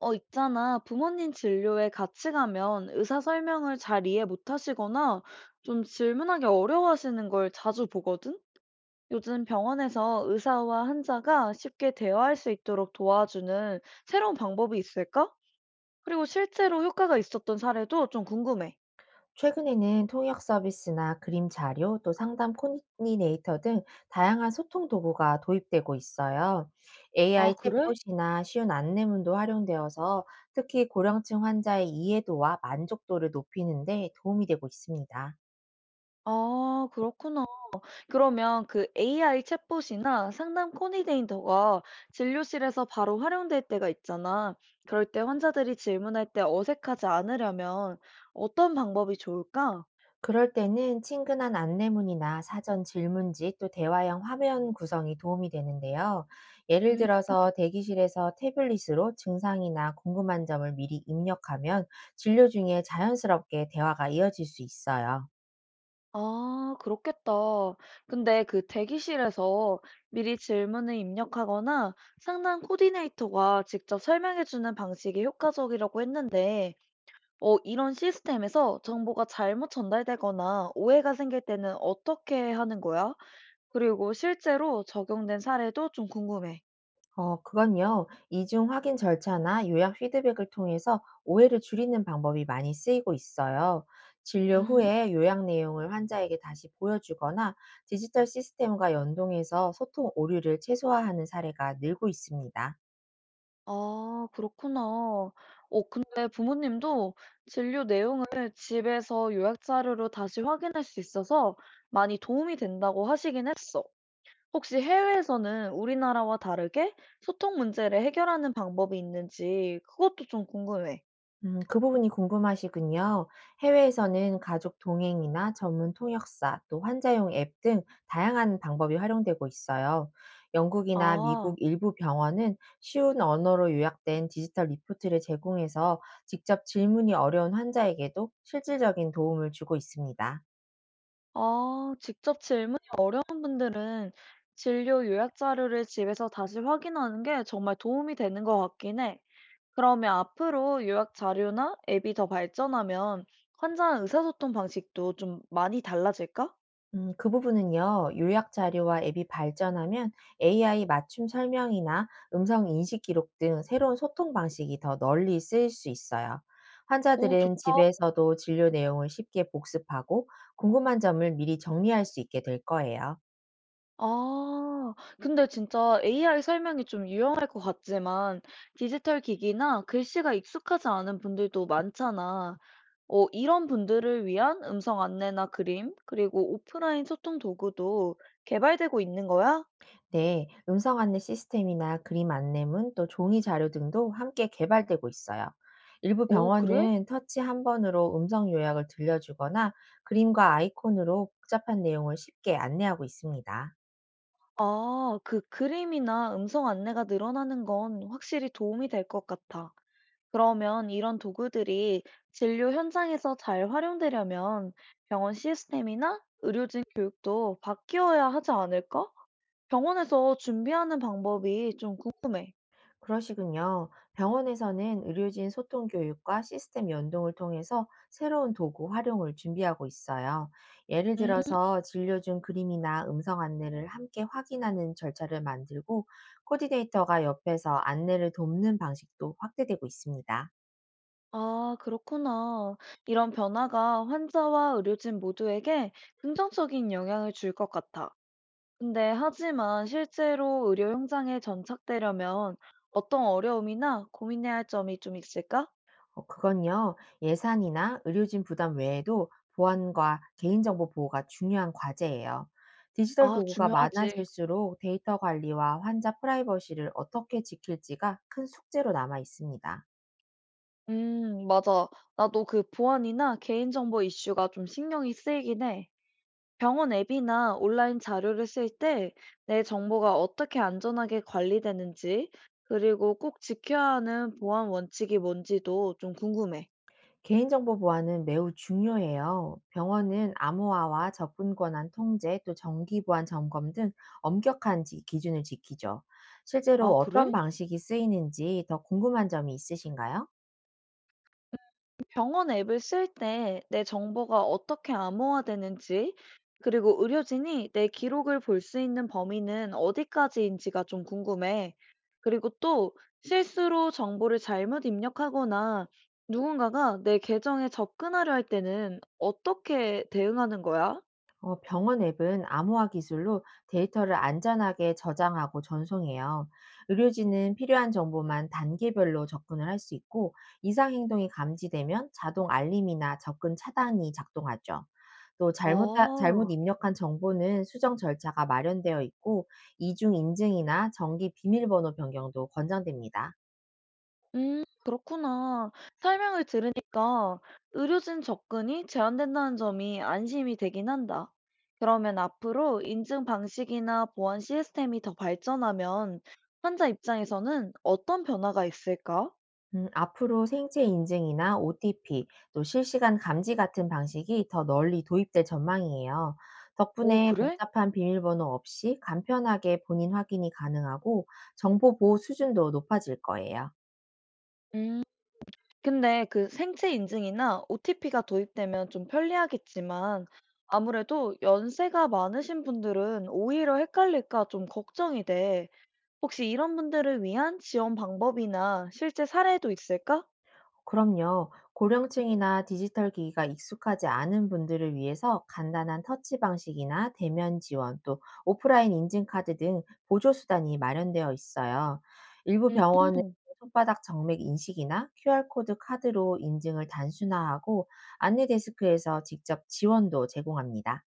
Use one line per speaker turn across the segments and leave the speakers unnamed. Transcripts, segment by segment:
있잖아. 부모님 진료에 같이 가면 의사 설명을 잘 이해 못 하시거나 좀 질문하기 어려워하시는 걸 자주 보거든? 요즘 병원에서 의사와 환자가 쉽게 대화할 수 있도록 도와주는 새로운 방법이 있을까? 그리고 실제로 효과가 있었던 사례도 좀 궁금해.
최근에는 통역 서비스나 그림 자료, 또 상담 코디네이터 등 다양한 소통 도구가 도입되고 있어요.
아,
AI
그래?
챗봇이나 쉬운 안내문도 활용되어서 특히 고령층 환자의 이해도와 만족도를 높이는 데 도움이 되고 있습니다.
아, 그렇구나. 그러면 그 AI 챗봇이나 상담 코디네이터가 진료실에서 바로 활용될 때가 있잖아. 그럴 때 환자들이 질문할 때 어색하지 않으려면 어떤 방법이 좋을까?
그럴 때는 친근한 안내문이나 사전 질문지 또 대화형 화면 구성이 도움이 되는데요. 예를
음,
들어서 대기실에서 태블릿으로 증상이나 궁금한 점을 미리 입력하면 진료 중에 자연스럽게 대화가 이어질 수 있어요.
아, 그렇겠다. 근데 그 대기실에서 미리 질문을 입력하거나 상담 코디네이터가 직접 설명해주는 방식이 효과적이라고 했는데, 이런 시스템에서 정보가 잘못 전달되거나 오해가 생길 때는 어떻게 하는 거야? 그리고 실제로 적용된 사례도 좀 궁금해.
그건요. 이중 확인 절차나 요약 피드백을 통해서 오해를 줄이는 방법이 많이 쓰이고 있어요. 진료
음,
후에 요약 내용을 환자에게 다시 보여주거나 디지털 시스템과 연동해서 소통 오류를 최소화하는 사례가 늘고 있습니다.
아, 그렇구나. 근데 부모님도 진료 내용을 집에서 요약 자료로 다시 확인할 수 있어서 많이 도움이 된다고 하시긴 했어. 혹시 해외에서는 우리나라와 다르게 소통 문제를 해결하는 방법이 있는지 그것도 좀 궁금해.
그 부분이 궁금하시군요. 해외에서는 가족 동행이나 전문 통역사, 또 환자용 앱 등 다양한 방법이 활용되고 있어요. 영국이나 미국
아,
일부 병원은 쉬운 언어로 요약된 디지털 리포트를 제공해서 직접 질문이 어려운 환자에게도 실질적인 도움을 주고 있습니다.
아, 직접 질문이 어려운 분들은 진료 요약 자료를 집에서 다시 확인하는 게 정말 도움이 되는 것 같긴 해. 그러면 앞으로 요약 자료나 앱이 더 발전하면 환자 의사소통 방식도 좀 많이 달라질까?
그 부분은요, 요약 자료와 앱이 발전하면 AI 맞춤 설명이나 음성 인식 기록 등 새로운 소통 방식이 더 널리 쓰일 수 있어요.
오,
환자들은
좋다.
집에서도 진료 내용을 쉽게 복습하고 궁금한 점을 미리 정리할 수 있게 될 거예요.
아, 근데 진짜 AI 설명이 좀 유용할 것 같지만 디지털 기기나 글씨가 익숙하지 않은 분들도 많잖아. 이런 분들을 위한 음성 안내나 그림, 그리고 오프라인 소통 도구도 개발되고 있는 거야?
네, 음성 안내 시스템이나 그림 안내문 또 종이 자료 등도 함께 개발되고 있어요. 일부
오, 그래?
병원은 터치 한 번으로 음성 요약을 들려주거나 그림과 아이콘으로 복잡한 내용을 쉽게 안내하고 있습니다.
아, 그 그림이나 음성 안내가 늘어나는 건 확실히 도움이 될 것 같아. 그러면 이런 도구들이 진료 현장에서 잘 활용되려면 병원 시스템이나 의료진 교육도 바뀌어야 하지 않을까? 병원에서 준비하는 방법이 좀 궁금해.
그러시군요. 병원에서는 의료진 소통 교육과 시스템 연동을 통해서 새로운 도구 활용을 준비하고 있어요. 예를
음,
들어서 진료 중 그림이나 음성 안내를 함께 확인하는 절차를 만들고 코디네이터가 옆에서 안내를 돕는 방식도 확대되고 있습니다.
아, 그렇구나. 이런 변화가 환자와 의료진 모두에게 긍정적인 영향을 줄 것 같아. 근데 하지만 실제로 의료 현장에 정착되려면 어떤 어려움이나 고민해야 할 점이 좀 있을까?
그건요, 예산이나 의료진 부담 외에도 보안과 개인정보 보호가 중요한 과제예요. 디지털
아,
도구가
중요하지.
많아질수록 데이터 관리와 환자 프라이버시를 어떻게 지킬지가 큰 숙제로 남아 있습니다.
맞아. 나도 그 보안이나 개인정보 이슈가 좀 신경이 쓰이긴 해. 병원 앱이나 온라인 자료를 쓸 때 내 정보가 어떻게 안전하게 관리되는지, 그리고 꼭 지켜야 하는 보안 원칙이 뭔지도 좀 궁금해.
개인정보 보안은 매우 중요해요. 병원은 암호화와 접근 권한 통제, 또 정기 보안 점검 등 엄격한 기준을 지키죠. 실제로
아, 그래?
어떤 방식이 쓰이는지 더 궁금한 점이 있으신가요?
병원 앱을 쓸 때 내 정보가 어떻게 암호화되는지, 그리고 의료진이 내 기록을 볼 수 있는 범위는 어디까지인지가 좀 궁금해. 그리고 또 실수로 정보를 잘못 입력하거나 누군가가 내 계정에 접근하려 할 때는 어떻게 대응하는 거야?
병원 앱은 암호화 기술로 데이터를 안전하게 저장하고 전송해요. 의료진은 필요한 정보만 단계별로 접근을 할 수 있고, 이상 행동이 감지되면 자동 알림이나 접근 차단이 작동하죠. 또 잘못
아.
입력한 정보는 수정 절차가 마련되어 있고, 이중 인증이나 정기 비밀번호 변경도 권장됩니다.
그렇구나. 설명을 들으니까 의료진 접근이 제한된다는 점이 안심이 되긴 한다. 그러면 앞으로 인증 방식이나 보안 시스템이 더 발전하면 환자 입장에서는 어떤 변화가 있을까?
앞으로 생체 인증이나 OTP, 또 실시간 감지 같은 방식이 더 널리 도입될 전망이에요.
오,
덕분에
그래?
복잡한 비밀번호 없이 간편하게 본인 확인이 가능하고 정보 보호 수준도 높아질 거예요.
음, 근데 그 생체 인증이나 OTP가 도입되면 좀 편리하겠지만 아무래도 연세가 많으신 분들은 오히려 헷갈릴까 좀 걱정이 돼. 혹시 이런 분들을 위한 지원 방법이나 실제 사례도 있을까?
그럼요. 고령층이나 디지털 기기가 익숙하지 않은 분들을 위해서 간단한 터치 방식이나 대면 지원 또 오프라인 인증카드 등 보조수단이 마련되어 있어요. 일부 병원은
음,
손바닥 정맥 인식이나 QR코드 카드로 인증을 단순화하고 안내 데스크에서 직접 지원도 제공합니다.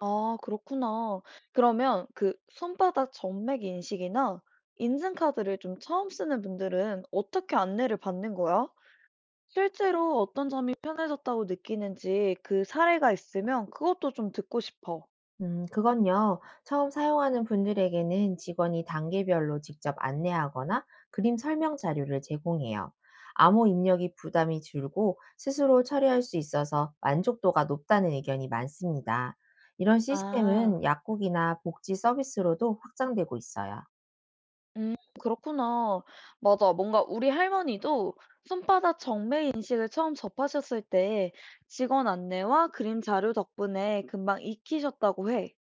아, 그렇구나. 그러면 그 손바닥 점맥 인식이나 인증카드를 좀 처음 쓰는 분들은 어떻게 안내를 받는 거야? 실제로 어떤 점이 편해졌다고 느끼는지 그 사례가 있으면 그것도 좀 듣고 싶어.
그건요. 처음 사용하는 분들에게는 직원이 단계별로 직접 안내하거나 그림 설명 자료를 제공해요. 암호 입력이 부담이 줄고 스스로 처리할 수 있어서 만족도가 높다는 의견이 많습니다. 이런
아.
시스템은 약국이나 복지 서비스로도 확장되고 있어요.
음, 그렇구나. 맞아. 뭔가 우리 할머니도 손바닥 정맥 인식을 처음 접하셨을 때 직원 안내와 그림 자료 덕분에 금방 익히셨다고 해.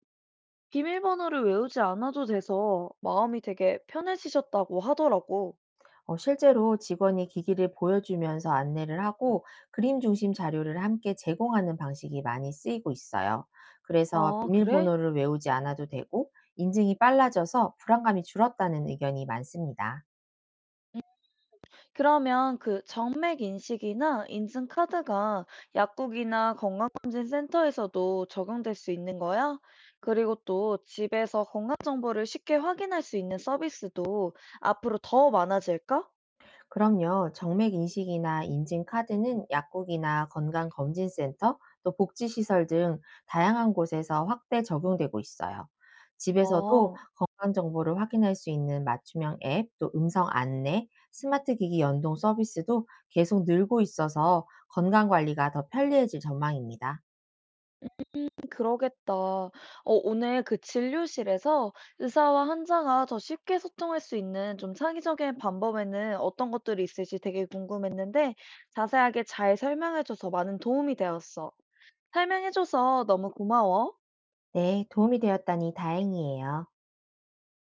비밀번호를 외우지 않아도 돼서 마음이 되게 편해지셨다고 하더라고.
실제로 직원이 기기를 보여주면서 안내를 하고 그림 중심 자료를 함께 제공하는 방식이 많이 쓰이고 있어요. 그래서
아, 그래?
비밀번호를 외우지 않아도 되고 인증이 빨라져서 불안감이 줄었다는 의견이 많습니다.
그러면 그 정맥 인식이나 인증 카드가 약국이나 건강검진 센터에서도 적용될 수 있는 거야? 그리고 또 집에서 건강 정보를 쉽게 확인할 수 있는 서비스도 앞으로 더 많아질까?
그럼요. 정맥 인식이나 인증 카드는 약국이나 건강검진센터, 또 복지시설 등 다양한 곳에서 확대 적용되고 있어요. 집에서도
아,
건강 정보를 확인할 수 있는 맞춤형 앱, 또 음성 안내, 스마트 기기 연동 서비스도 계속 늘고 있어서 건강 관리가 더 편리해질 전망입니다.
그러겠다. 오늘 그 진료실에서 의사와 환자가 더 쉽게 소통할 수 있는 좀 창의적인 방법에는 어떤 것들이 있을지 되게 궁금했는데 자세하게 잘 설명해줘서 많은 도움이 되었어. 설명해줘서 너무 고마워.
네, 도움이 되었다니 다행이에요.